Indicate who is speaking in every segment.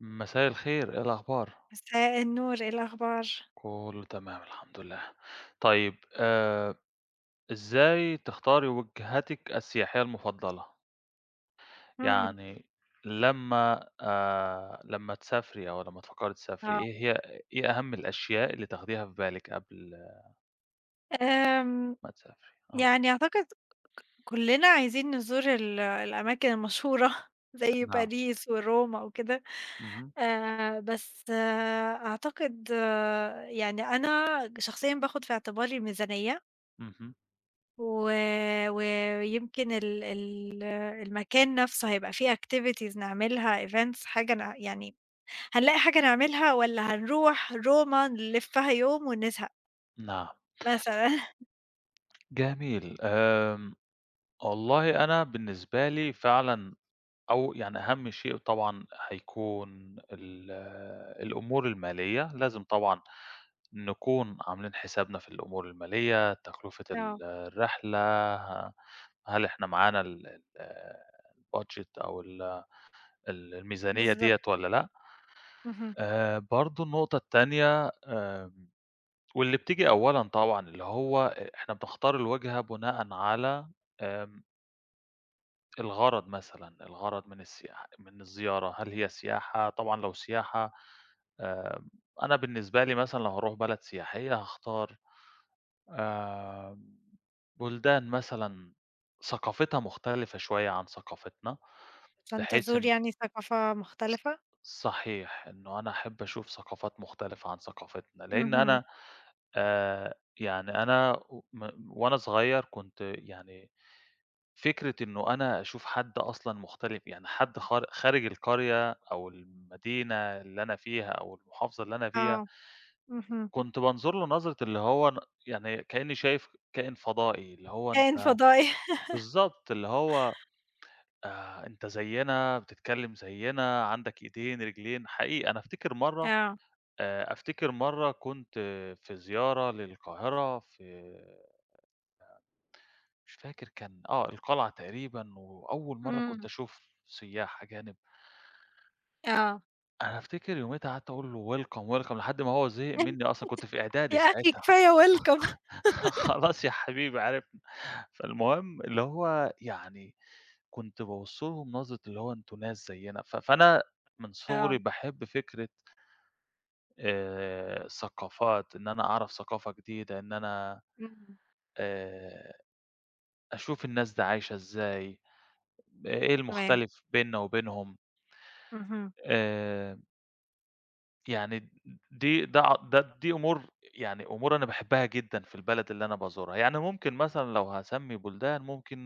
Speaker 1: مساء الخير، إيه الأخبار؟
Speaker 2: مساء النور، إيه الأخبار؟
Speaker 1: كله تمام الحمد لله. طيب إزاي تختاري وجهتِك السياحية المفضلة؟
Speaker 2: إمم.
Speaker 1: يعني لمّا لمّا تسافري أو لمّا تفكّري تسافري،
Speaker 2: آه.
Speaker 1: إيه أهم الأشياء اللي تاخديها في بالِك قبل
Speaker 2: آمم،
Speaker 1: ما تسافري؟ آه،
Speaker 2: يعني أعتقد كُلّنا عايزين نزور الأماكن المشهورة زي
Speaker 1: نعم،
Speaker 2: باريس وروما وكده،
Speaker 1: اهم،
Speaker 2: بس أعتقد يعني أنا شخصيًا باخُد في اعتباري الميزانية
Speaker 1: اهم،
Speaker 2: و ويمكن ال ال المكان نَفْسه هيبقى فيه activities نعملها events حاجة ن يعني هنلاقي حاجة نعملها والّا هنروح روما نلِفّها يوم ونزهق؟
Speaker 1: نعم،
Speaker 2: مثلًا.
Speaker 1: جميل. آمم، والله أنا بالنسبة لي فعلًا أو يعني أهم شيء طبعًا هيكون ال الأمور المالية، لازم طبعًا نكون عاملين حسابنا في الأمور المالية، تكلفة
Speaker 2: آه،
Speaker 1: الرحلة، هل إحنا معانا ال ال الbudget أو ال ال الميزانية
Speaker 2: بالضبط،
Speaker 1: ديّة والّا لأ؟
Speaker 2: اهم.
Speaker 1: برضه النقطة التانية واللي بتيجي أولًا طبعًا، اللي هو إحنا بنختار الوجهة بناءً على آمم الغرض مثلًا، الغرض من السياحة من الزيارة، هل هي سياحة طبعًا لو سياحة آآ، أنا بالنسبة لي مثلًا لو هاروح بلد سياحية هاختار آآ، بلدان مثلًا ثقافتها مختلفة شوية عن ثقافتنا،
Speaker 2: عشان
Speaker 1: بحيث
Speaker 2: تزور
Speaker 1: إن
Speaker 2: يعني ثقافة مختلفة؟
Speaker 1: صحيح، إنه أنا أحب أشوف ثقافات مختلفة عن ثقافتنا، لأن
Speaker 2: اهم،
Speaker 1: أنا آآ، يعني أنا و م وأنا صغير كنت يعني فكرة إنه أنا أشوف حد أصلًا مختلف، يعني حد خارج القرية أو المدينة اللي أنا فيها أو المحافظة اللي أنا فيها،
Speaker 2: آه، اهم.
Speaker 1: كنت بانظر له نظرة اللي هو أنا يعني كإني شايف كائن فضائي، اللي هو
Speaker 2: كائن
Speaker 1: أنت
Speaker 2: فضائي.
Speaker 1: بالضبط، اللي هو أنت زيّنا، بتتكلم زيّنا، عندك إيدين، رجلين، حقيقي أنا أفتكر مرّة
Speaker 2: آه،
Speaker 1: كنت في زيارة للقاهرة في مش فاكر كان آه القلعة تقريبًا، وأول مرّة كنت
Speaker 2: إمم،
Speaker 1: أشوف سياح أجانب.
Speaker 2: آه.
Speaker 1: أنا أفتكر يوميتها قعدت أقول له welcome، welcome لحد ما هو زهق منّي أصلًا كنت في إعدادي
Speaker 2: يا أخي
Speaker 1: ساعتها.
Speaker 2: كفاية welcome.
Speaker 1: خلاص يا حبيبي عرفنا. فالمهم اللي هو يعني كنت بابُص لهم نظرة اللي هو أنتم ناس زيّنا، فأنا من صغري
Speaker 2: آه،
Speaker 1: باحب فكرة الثقافات، إن أنا أعرف ثقافة جديدة، إن أنا
Speaker 2: إمم،
Speaker 1: آآ أشوف الناس دي عايشة إزاي، إيه
Speaker 2: تمام،
Speaker 1: المختلف بيننا وبينهم.
Speaker 2: اهم.
Speaker 1: آآ يعني د دي ده ع ده دي أمور يعني أمور أنا باحبها جدًا في البلد اللي أنا بازورها، يعني ممكن مثلًا لو هاسمّي بلدان ممكن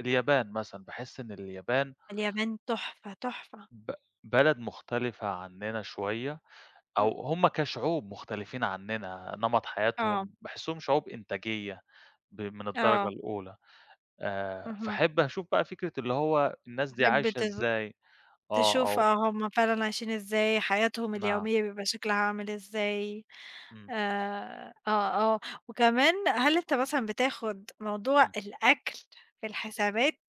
Speaker 1: اليابان مثلًا، باحس إن اليابان
Speaker 2: اليابان تحفة، تحفة.
Speaker 1: ب بلد مختلفة عننا شوية،
Speaker 2: إمم،
Speaker 1: أو هم كشعوب مختلفين عننا، نمط
Speaker 2: آه،
Speaker 1: حياتهم باحسّهم شعوب إنتاجية من الدرجة
Speaker 2: آه،
Speaker 1: الأولى،
Speaker 2: اهم.
Speaker 1: فاحب أشوف بقى فكرة اللي هو الناس دي
Speaker 2: تحب
Speaker 1: عايشة
Speaker 2: ت
Speaker 1: إزاي، آه،
Speaker 2: تشوف
Speaker 1: أو
Speaker 2: آه، هُم فعلًا عايشين إزاي، حياتهم
Speaker 1: نعم،
Speaker 2: اليومية بيبقى شكلها عامل إزاي.
Speaker 1: إمم،
Speaker 2: آه. وكمان هل أنت مثلًا بتاخد موضوع
Speaker 1: إمم،
Speaker 2: الأكل في الحسابات؟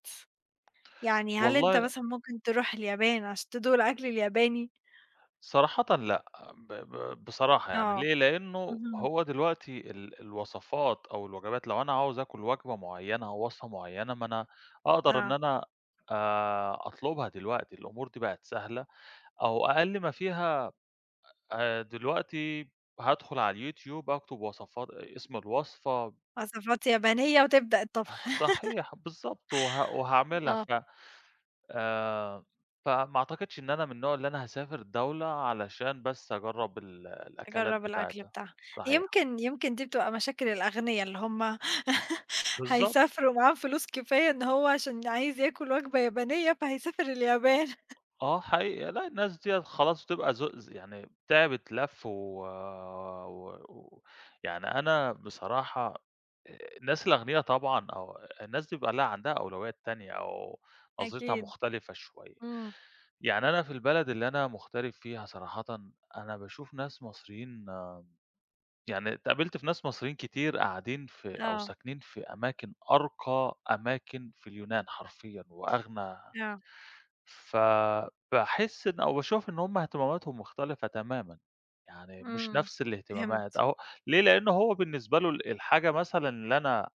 Speaker 2: يعني هل أنت
Speaker 1: والله
Speaker 2: مثلًا ممكن تروح اليابان عشان تدوق الأكل الياباني؟
Speaker 1: صراحةً لأ، ب ب بصراحة يعني
Speaker 2: آه.
Speaker 1: ليه؟ لإنه
Speaker 2: اهم.
Speaker 1: هو دلوقتي الوصفات أو الوجبات لو أنا عاوز آكل وجبة معيّنة أو وصفة معيّنة، ما أنا أقدر إن
Speaker 2: آه.
Speaker 1: أنا أطلبها دلوقتي، الأمور دي بقت سهلة أو أقل ما فيها دلوقتي هادخل على اليوتيوب أكتب وصفات اسم الوصفة.
Speaker 2: وصفات يابانية وتبدأ الطبخ.
Speaker 1: آه، صحيح، بالضبط، وهاعملها
Speaker 2: آه.
Speaker 1: آآ، فما أعتقدش إن أنا من النوع اللي أنا هاسافر دولة علشان بس أجرّب الأكلات
Speaker 2: تجرّب الأكل
Speaker 1: بتاعتها،
Speaker 2: بتاعها.
Speaker 1: صحيح،
Speaker 2: يمكن دي بتبقى مشاكل الأغنيا اللي هم
Speaker 1: بالضبط،
Speaker 2: هيسافروا ومعاهم فلوس كفاية إن هو عشان عايز ياكل وجبة يابانية فهيسافر اليابان.
Speaker 1: آه حقيقي، لأ الناس ديّة خلاص بتبقى ذو ز يعني تعبت لَف و و و يعني أنا بصراحة الناس الأغنيا طبعًا أو الناس دي بيبقى لها عندها أولويات تانية أو نظرتها
Speaker 2: أكيد.
Speaker 1: مختلفة شوية.
Speaker 2: إمم.
Speaker 1: يعني أنا في البلد اللي أنا مغترب فيها صراحةً، أنا باشوف ناس مصريين يعني اتقابلت في ناس مصريين كتير قاعدين في أو
Speaker 2: آه.
Speaker 1: ساكنين في أماكن أرقى أماكن في اليونان حرفيًا وأغنى
Speaker 2: آه.
Speaker 1: فباحس إن أو باشوف إن هم اهتماماتهم مختلفة تمامًا، يعني مش
Speaker 2: إمم.
Speaker 1: نفس الاهتمامات
Speaker 2: فهمت.
Speaker 1: أهو. ليه؟ لأن هو بالنسبة له الحاجة مثلًا اللي أنا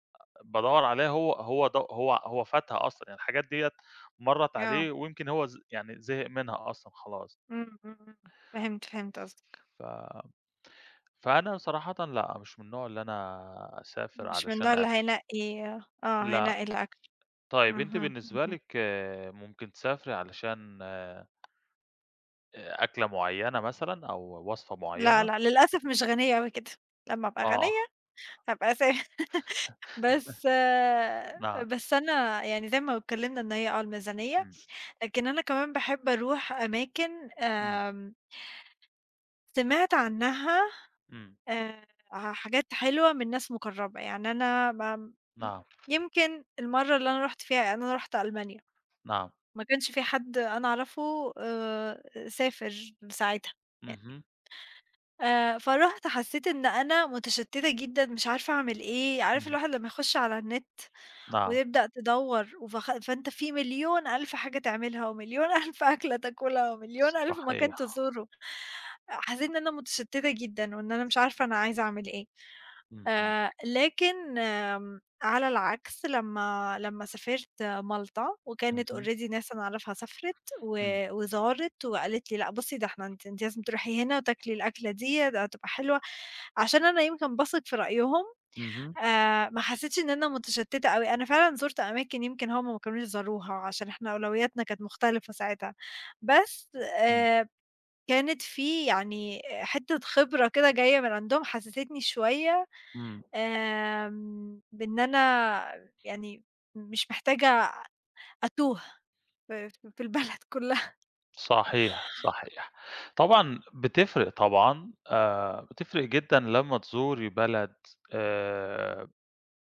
Speaker 1: بادوّر عليها هو هو د هو هو فاتها أصلًا، يعني الحاجات ديّة مرّت عليه
Speaker 2: آه.
Speaker 1: ويمكن هو ز يعني زهق منها أصلًا خلاص.
Speaker 2: إمم، إمم، إمم، فهمت، قصدك،
Speaker 1: ف فأنا صراحةً لأ، مش من النوع اللي أنا أسافر
Speaker 2: مش من
Speaker 1: علشان
Speaker 2: النوع اللي
Speaker 1: أكل،
Speaker 2: هينقي آه،
Speaker 1: لأ.
Speaker 2: هينقي الأكل،
Speaker 1: طيب أنتِ
Speaker 2: اهم،
Speaker 1: بالنسبة
Speaker 2: اهم،
Speaker 1: لِك ممكن تسافري علشان أكلة معيّنة مثلًا أو وصفة
Speaker 2: لا،
Speaker 1: معيّنة؟
Speaker 2: لا، للأسف مش غنية أوي كده، لمّا أبقى
Speaker 1: آه،
Speaker 2: غنية هابقى س بس
Speaker 1: نعم.
Speaker 2: بس أنا يعني زي ما اتكلمنا إن هي آه الميزانية،
Speaker 1: إمم،
Speaker 2: لكن أنا كمان باحب أروح أماكن
Speaker 1: إمم،
Speaker 2: سمعت عنها
Speaker 1: إمم،
Speaker 2: آآ، حاجات حلوة من ناس مقربة، يعني أنا م
Speaker 1: نعم،
Speaker 2: يمكن المرة اللي أنا رُحت فيها أنا رُحت ألمانيا.
Speaker 1: نعم.
Speaker 2: ما كانش في حد أنا أعرفه سافر ساعتها يعني،
Speaker 1: اهم،
Speaker 2: فرُحت حسّيت إن أنا متشتّتة جدًا مش عارفة أعمل إيه، عارف
Speaker 1: اهم،
Speaker 2: الواحد لمّا يخش على النت
Speaker 1: نعم،
Speaker 2: وتبدأ تدوّر وفخ فأنت في مليون ألف حاجة تعملها ومليون ألف أكلة تاكلها ومليون ألف مكان
Speaker 1: صحيح.
Speaker 2: تزوره. حسيت إن أنا متشتتة جدًا وإن أنا مش عارفة أنا عايزة أعمل إيه.
Speaker 1: اهم،
Speaker 2: لكن على العكس لمّا سافرت مالطا وكانت
Speaker 1: اهم،
Speaker 2: already ناس أنا أعرفها سافرت
Speaker 1: إمم،
Speaker 2: وزارت وقالت لي: "لأ بُصّي ده إحنا أنتِ لازم تروحي هنا وتاكلي الأكلة دي، ده هتبقى حلوة." عشان أنا يمكن باثق في رأيهم
Speaker 1: اهم،
Speaker 2: ما حسيتش إن أنا متشتتة أوي، أنا فعلًا زُرت أماكن يمكن هُم ما كانوش زاروها، عشان إحنا أولوياتنا كانت مختلفة ساعتها، بس
Speaker 1: إمم،
Speaker 2: كانت في يعني حتة خبرة كده جاية من عندهم حسستني شوية
Speaker 1: إمم.
Speaker 2: بإن أنا يعني مش محتاجة أتوه في البلد كلها.
Speaker 1: صحيح، صحيح. طبعًا بتفرق طبعًا، بتفرق جدًا لمّا تزوري بلد آآ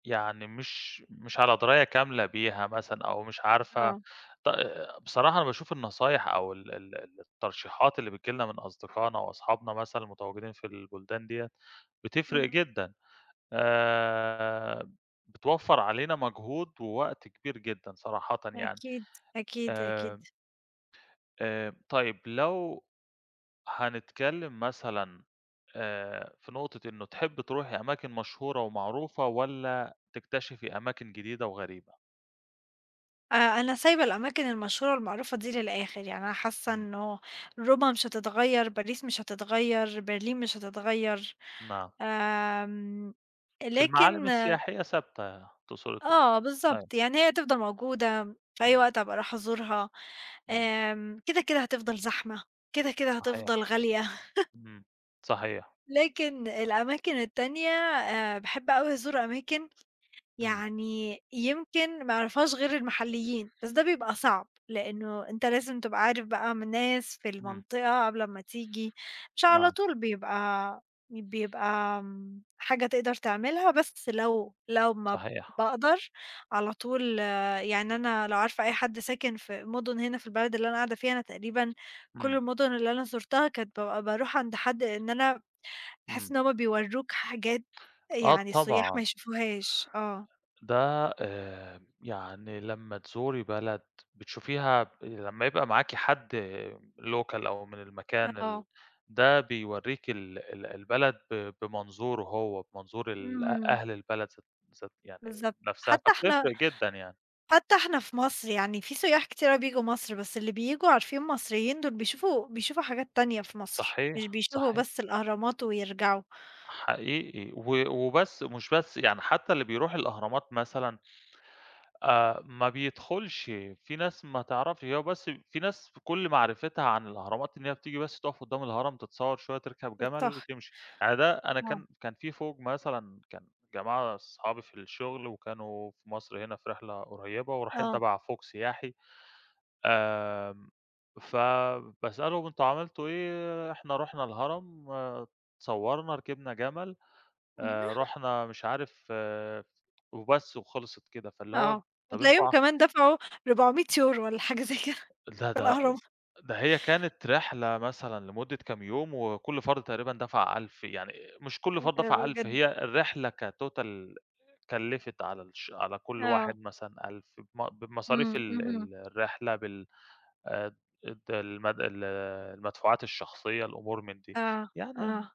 Speaker 1: يعني مش على دراية كاملة بيها مثلًا أو مش عارفة.
Speaker 2: آه،
Speaker 1: آه، بصراحة أنا باشوف النصايح أو ال ال ال الترشيحات اللي بتيجي لنا من أصدقائنا وأصحابنا مثلًا المتواجدين في البلدان ديّة، بتفرق
Speaker 2: اهم،
Speaker 1: جدًا. آآ بتوفّر علينا مجهود ووقت كبير جدًا صراحةً يعني.
Speaker 2: أكيد، أكيد، أكيد.
Speaker 1: آآ طيب لو هنتكلم مثلًا في نقطة إنه تحبّي تروحي أماكن مشهورة ومعروفة والّا تكتشفي أماكن جديدة وغريبة؟
Speaker 2: أنا سايبة الأماكن المشهورة المعروفة دي للآخر، يعني أنا حاسة
Speaker 1: إمم،
Speaker 2: إنه روما مش هتتغيّر، باريس مش هتتغيّر، برلين مش هتتغيّر،
Speaker 1: نعم،
Speaker 2: آمم،
Speaker 1: المعالم
Speaker 2: لكن
Speaker 1: السياحية ثابتة تقصدي تقولي.
Speaker 2: آه
Speaker 1: أيوه،
Speaker 2: بالضبط، يعني هي هتفضل موجودة، في أي
Speaker 1: إمم،
Speaker 2: وقت هابقى أروح أزورها،
Speaker 1: إمم،
Speaker 2: كده، كده هتفضل زحمة، كده، كده
Speaker 1: صحيح،
Speaker 2: هتفضل غالية،
Speaker 1: إمم، صحيح،
Speaker 2: لكن الأماكن التانية باحب أوي أزور أماكن
Speaker 1: إمم،
Speaker 2: يعني يمكن ما يعرفهاش غير المحليين، بس ده بيبقى صعب، لإنه أنت لازم تبقى عارف بقى من ناس في
Speaker 1: إمم،
Speaker 2: المنطقة قبل أمّا تيجي، مش على
Speaker 1: نعم،
Speaker 2: طول بيبقى حاجة تقدر تعملها، بس لو ما
Speaker 1: صحيح،
Speaker 2: باقدر على طول آه، يعني أنا لو عارفة أي حد ساكن في مُدن هنا في البلد اللي أنا قاعدة فيها، أنا تقريبًا كل
Speaker 1: إمم،
Speaker 2: المُدن اللي أنا زُرتها كانت بابقى باروح عند حد، لإن أنا باحس
Speaker 1: إمم،
Speaker 2: إن هُم بيوروك حاجات
Speaker 1: آه
Speaker 2: يعني السُيّاح ما
Speaker 1: طبعًا.
Speaker 2: يشوفوهاش، آه.
Speaker 1: ده يعني لمّا تزوري بلد بتشوفيها لمّا يبقى معاكِ حد local أو من المكان
Speaker 2: آه،
Speaker 1: ده بيورّيكِ ال ال البلد بمنظوره هو، بمنظور ال أ
Speaker 2: إمم،
Speaker 1: أهل البلد ذات ذات يعني
Speaker 2: بالضبط.
Speaker 1: نَفْسها،
Speaker 2: حتى إحنا
Speaker 1: فبتفرق جدًا يعني.
Speaker 2: حتى إحنا في مصر يعني في سياح كتير أوي بييجوا مصر، بس اللي بييجوا عارفين مصريين دول بيشوفوا حاجات تانية في مصر، مش
Speaker 1: صحيح،
Speaker 2: بيشوفوا
Speaker 1: صحيح،
Speaker 2: بس الأهرامات ويرجعوا،
Speaker 1: حقيقي وبس مش بس يعني حتى اللي بيروح الأهرامات مثلًا ما بيدخلش، في ناس ما تعرفش هو بس في ناس كل معرفتها عن الأهرامات إن هي بتيجي بس تقف قدّام الهرم، تتصور شوية، تركب جمل،
Speaker 2: الصخر.
Speaker 1: تمشي. يعني ده أنا
Speaker 2: آه،
Speaker 1: كان في فوج مثلًا كان جماعة أصحابي في الشغل وكانوا في مصر هنا في رحلة قريّبة ورايحين
Speaker 2: آه،
Speaker 1: تبع فوج سياحي، آمم، فباسألهم أنتم عملتوا إيه؟ إحنا رُحنا الهرم، آه، اتصوّرنا، ركبنا جمل،
Speaker 2: مهم.
Speaker 1: رُحنا مش عارف آه، وبس وخلصت كده، فاللي هو
Speaker 2: آه،
Speaker 1: طَب أنتم
Speaker 2: وتلاقيهم
Speaker 1: ع
Speaker 2: كمان دفعوا 400€ والّا حاجة زي كده
Speaker 1: ده
Speaker 2: في
Speaker 1: ده
Speaker 2: الأهرامات
Speaker 1: ده هي كانت رحلة مثلًا لمدة كام يوم، وكل فرد تقريبًا دفع 1000 يعني مش كل
Speaker 2: آه،
Speaker 1: فرد دفع 1000
Speaker 2: بجد،
Speaker 1: هي الرحلة كtotal كلّفت على كل
Speaker 2: آه،
Speaker 1: واحد مثلًا 1000 بمصاريف
Speaker 2: إمم،
Speaker 1: ال
Speaker 2: اهم،
Speaker 1: ال الرحلة بال آآ الد المد ال المدفوعات الشخصية، الأمور من دي.
Speaker 2: آه،
Speaker 1: يعني
Speaker 2: آه،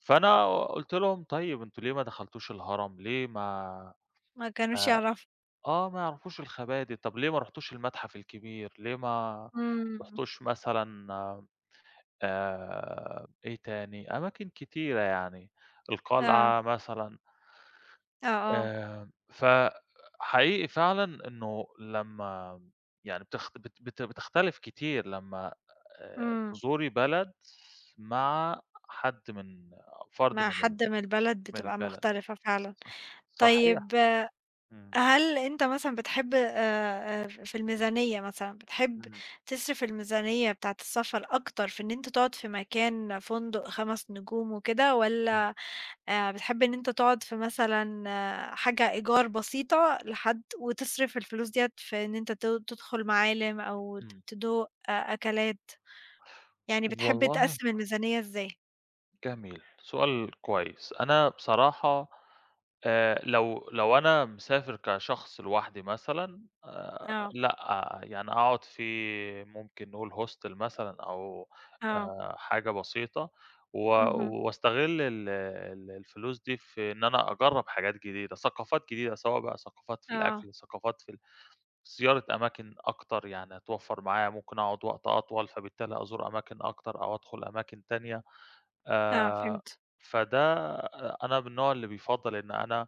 Speaker 1: فأنا قُلت لهم: "طيب أنتم ليه ما دخلتوش الهرم؟ ليه ما"
Speaker 2: ما كانوش
Speaker 1: آآ
Speaker 2: يعرفوا،
Speaker 1: آه، ما يعرفوش الخبادي، "طب ليه ما رُحتوش المتحف الكبير؟ ليه ما
Speaker 2: إمم،
Speaker 1: رُحتوش مثلًا" إيه تاني؟ أماكن كتيرة يعني،
Speaker 2: آه،
Speaker 1: القلعة مثلًا،
Speaker 2: آه، آه،
Speaker 1: فحقيقي فعلًا إنه لمّا يعني بتخت بت بت بتختلف كتير لمّا
Speaker 2: إمم،
Speaker 1: تزوري بلد مع حد من فرد
Speaker 2: مع
Speaker 1: من
Speaker 2: حد من البلد
Speaker 1: من
Speaker 2: بتبقى
Speaker 1: البلد،
Speaker 2: مختلفة فعلًا.
Speaker 1: صح
Speaker 2: طيب
Speaker 1: صحيح، إمم،
Speaker 2: هل أنت مثلًا بتحب في الميزانية مثلًا، بتحب
Speaker 1: إمم،
Speaker 2: تصرف الميزانية بتاعة السفر أكتر في إن أنت تقعد في مكان فندق 5 نجوم وكده،
Speaker 1: إمم،
Speaker 2: والّا بتحب إن أنت تقعد في مثلًا آه، حاجة إيجار بسيطة لحد وتصرف الفلوس ديّة في إن أنت تدخل معالم أو
Speaker 1: إمم.
Speaker 2: تدوق آه، أكلات، يعني بتحب
Speaker 1: والله
Speaker 2: تقسّم الميزانية إزاي؟
Speaker 1: جميل، سؤال كويس. أنا بصراحة لو أنا مسافر كشخص لوحدي مثلًا
Speaker 2: آه،
Speaker 1: لأ، يعني أقعد في ممكن نقول hostel مثلًا أو
Speaker 2: آه،
Speaker 1: حاجة بسيطة و
Speaker 2: اهم،
Speaker 1: واستغل ال ال الفلوس دي في إن أنا أجرّب حاجات جديدة، ثقافات جديدة، سواء بقى ثقافات في
Speaker 2: آه،
Speaker 1: الأكل، ثقافات في زيارة أماكن أكتر، يعني هتوفّر معايا ممكن أقعد وقت أطول، فبالتالي أزور أماكن أكتر أو أدخل أماكن تانية.
Speaker 2: آه،
Speaker 1: آآ
Speaker 2: فهمت،
Speaker 1: فده أنا من النوع اللي بيفضّل إن أنا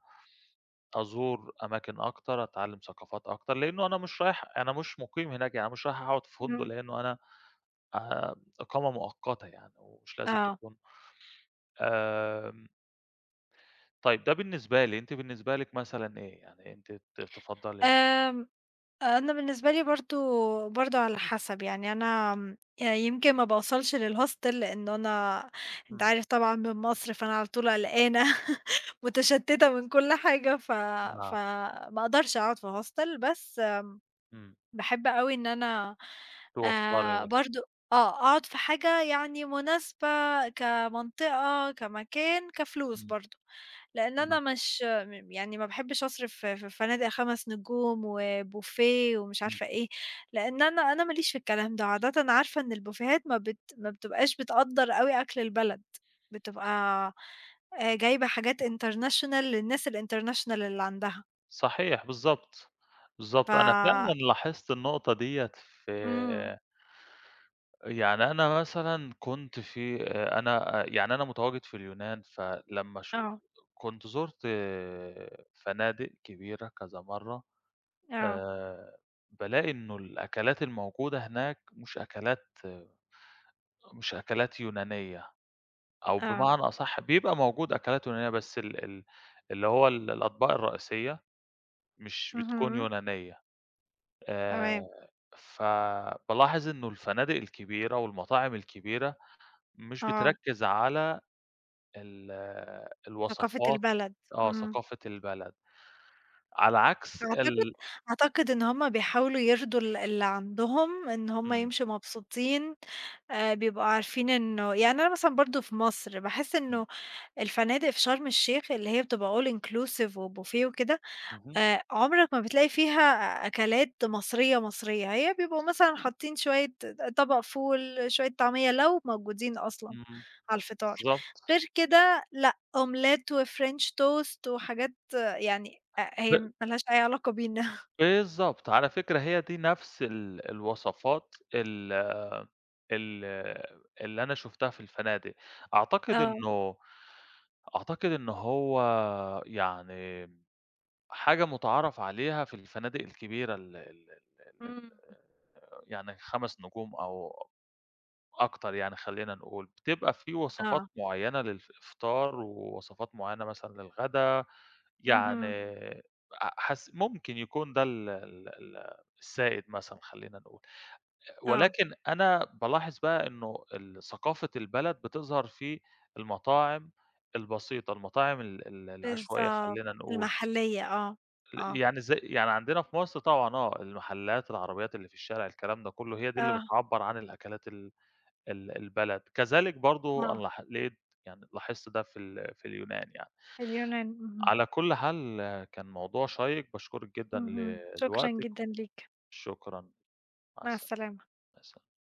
Speaker 1: أزور أماكن أكتر، أتعلّم ثقافات أكتر، لإنه أنا مش رايح أنا مش مُقيم هناك، يعني مش رايح أقعد في فندق،
Speaker 2: إمم،
Speaker 1: لإنه أنا إقامة مؤقتة يعني ومش لازم
Speaker 2: آه،
Speaker 1: تكون آمم، طيب ده بالنسبة لي، أنتِ بالنسبة لِك مثلًا إيه؟ يعني أنتِ تفضّلي
Speaker 2: آمم أنا بالنسبة لي برضه على حسب، يعني أنا يمكن ما باوصلش للhostel لأنه أنا أنت
Speaker 1: إمم،
Speaker 2: عارف طبعًا من مصر، فأنا على طول قلقانة متشتتة من كل حاجة،
Speaker 1: نعم،
Speaker 2: فما اقدرش أقعد في hostel بس
Speaker 1: إمم،
Speaker 2: باحب أوي إن أنا
Speaker 1: توفّري
Speaker 2: برضه آه، أقعد في حاجة يعني مناسبة كمنطقة، كمكان، كفلوس
Speaker 1: إمم،
Speaker 2: برضه، لإن أنا
Speaker 1: نعم،
Speaker 2: مش م يعني ما باحبش أصرف في فنادق 5 نجوم وبوفيه ومش
Speaker 1: إمم،
Speaker 2: عارفة إيه، لإن أنا ما ليش في الكلام ده، وعادةً عارفة إن البوفيهات ما بتبقاش بتقدّر أوي أكل البلد، بتبقى جايبة حاجات international للناس الinternational اللي عندها،
Speaker 1: صحيح بالضبط،
Speaker 2: ف
Speaker 1: بالضبط، أنا فعلًا لاحظت النقطة ديّة
Speaker 2: إمم،
Speaker 1: في يعني أنا مثلًا كنت في أنا آه، يعني أنا متواجد في اليونان، فلمّا
Speaker 2: آه،
Speaker 1: كنت زُرت آه، فنادق كبيرة كذا مرّة،
Speaker 2: آه،
Speaker 1: آآ بالاقي إنه الأكلات الموجودة هناك مش أكلات مش أكلات يونانية، أو
Speaker 2: آه.
Speaker 1: بمعنى أصح بيبقى موجود أكلات يونانية بس ال ال اللي هو الأطباق الرئيسية مش بتكون
Speaker 2: اهم،
Speaker 1: يونانية،
Speaker 2: تمام،
Speaker 1: آآ فبالاحظ إنه الفنادق الكبيرة والمطاعم الكبيرة مش
Speaker 2: آه،
Speaker 1: بتركّز على ال
Speaker 2: ثقافة
Speaker 1: الوصفات
Speaker 2: البلد،
Speaker 1: آه،
Speaker 2: إمم،
Speaker 1: ثقافة البلد، على عكس
Speaker 2: أعتقد إن هُم بيحاولوا يرضوا ال اللي عندهم، إن هُم
Speaker 1: إمم.
Speaker 2: يمشوا مبسوطين، بيبقوا عارفين إنه يعني أنا مثلًا برضه في مصر باحس
Speaker 1: إمم،
Speaker 2: إنه الفنادق في شرم الشيخ اللي هي بتبقى all inclusive وbuffet وكده
Speaker 1: اهم.
Speaker 2: عمرك ما بتلاقي فيها أكلات مصرية، مصرية، هي بيبقوا مثلًا حاطين شوية طبق فول، شوية طعمية لو موجودين أصلًا
Speaker 1: إمم،
Speaker 2: على الفطار،
Speaker 1: بالضبط،
Speaker 2: غير كده لأ، أومليت وfrench toast وحاجات آه، يعني
Speaker 1: ب
Speaker 2: هي ما لهاش أي علاقة بينا.
Speaker 1: بالضبط، على فكرة هي دي نفس الوصفات ال ال اللي أنا شُفتها في الفنادق، أعتقد
Speaker 2: آه،
Speaker 1: إنه أعتقد إن هو يعني حاجة مُتعارف عليها في الفنادق الكبيرة ال ال ال
Speaker 2: إمم،
Speaker 1: يعني 5 نجوم أو أكتر يعني خلّينا نقول، بتبقى في وصفات
Speaker 2: آه،
Speaker 1: معيّنة الإفطار ووصفات معيّنة مثلًا للغدا. يعني
Speaker 2: اهم،
Speaker 1: أ حس ممكن يكون ده ال السائد مثلًا خلّينا نقول،
Speaker 2: آه،
Speaker 1: ولكن أنا بالاحظ بقى إنه ال ثقافة البلد بتظهر في المطاعم البسيطة، المطاعم ال ال العشوائية
Speaker 2: بالضبط،
Speaker 1: خلّينا نقول،
Speaker 2: المحلية آه، آه،
Speaker 1: يعني زي يعني عندنا في مصر طبعًا آه، المحلات، العربيات اللي في الشارع، الكلام ده كلّه هي دي اللي
Speaker 2: آه،
Speaker 1: بتعبّر عن الأكلات ال البلد، كذلك برضه أنا
Speaker 2: آه،
Speaker 1: لقيت يعني لاحظت ده في في اليونان يعني.
Speaker 2: اليونان، اهم،
Speaker 1: على كل حال آه، كان موضوع شيّق، باشكرِك جدًا إمم.
Speaker 2: اهم، شكرًا
Speaker 1: لوقتِك،
Speaker 2: جدًا ليك،
Speaker 1: شكرًا، مع
Speaker 2: مع السلامة.
Speaker 1: السلامة.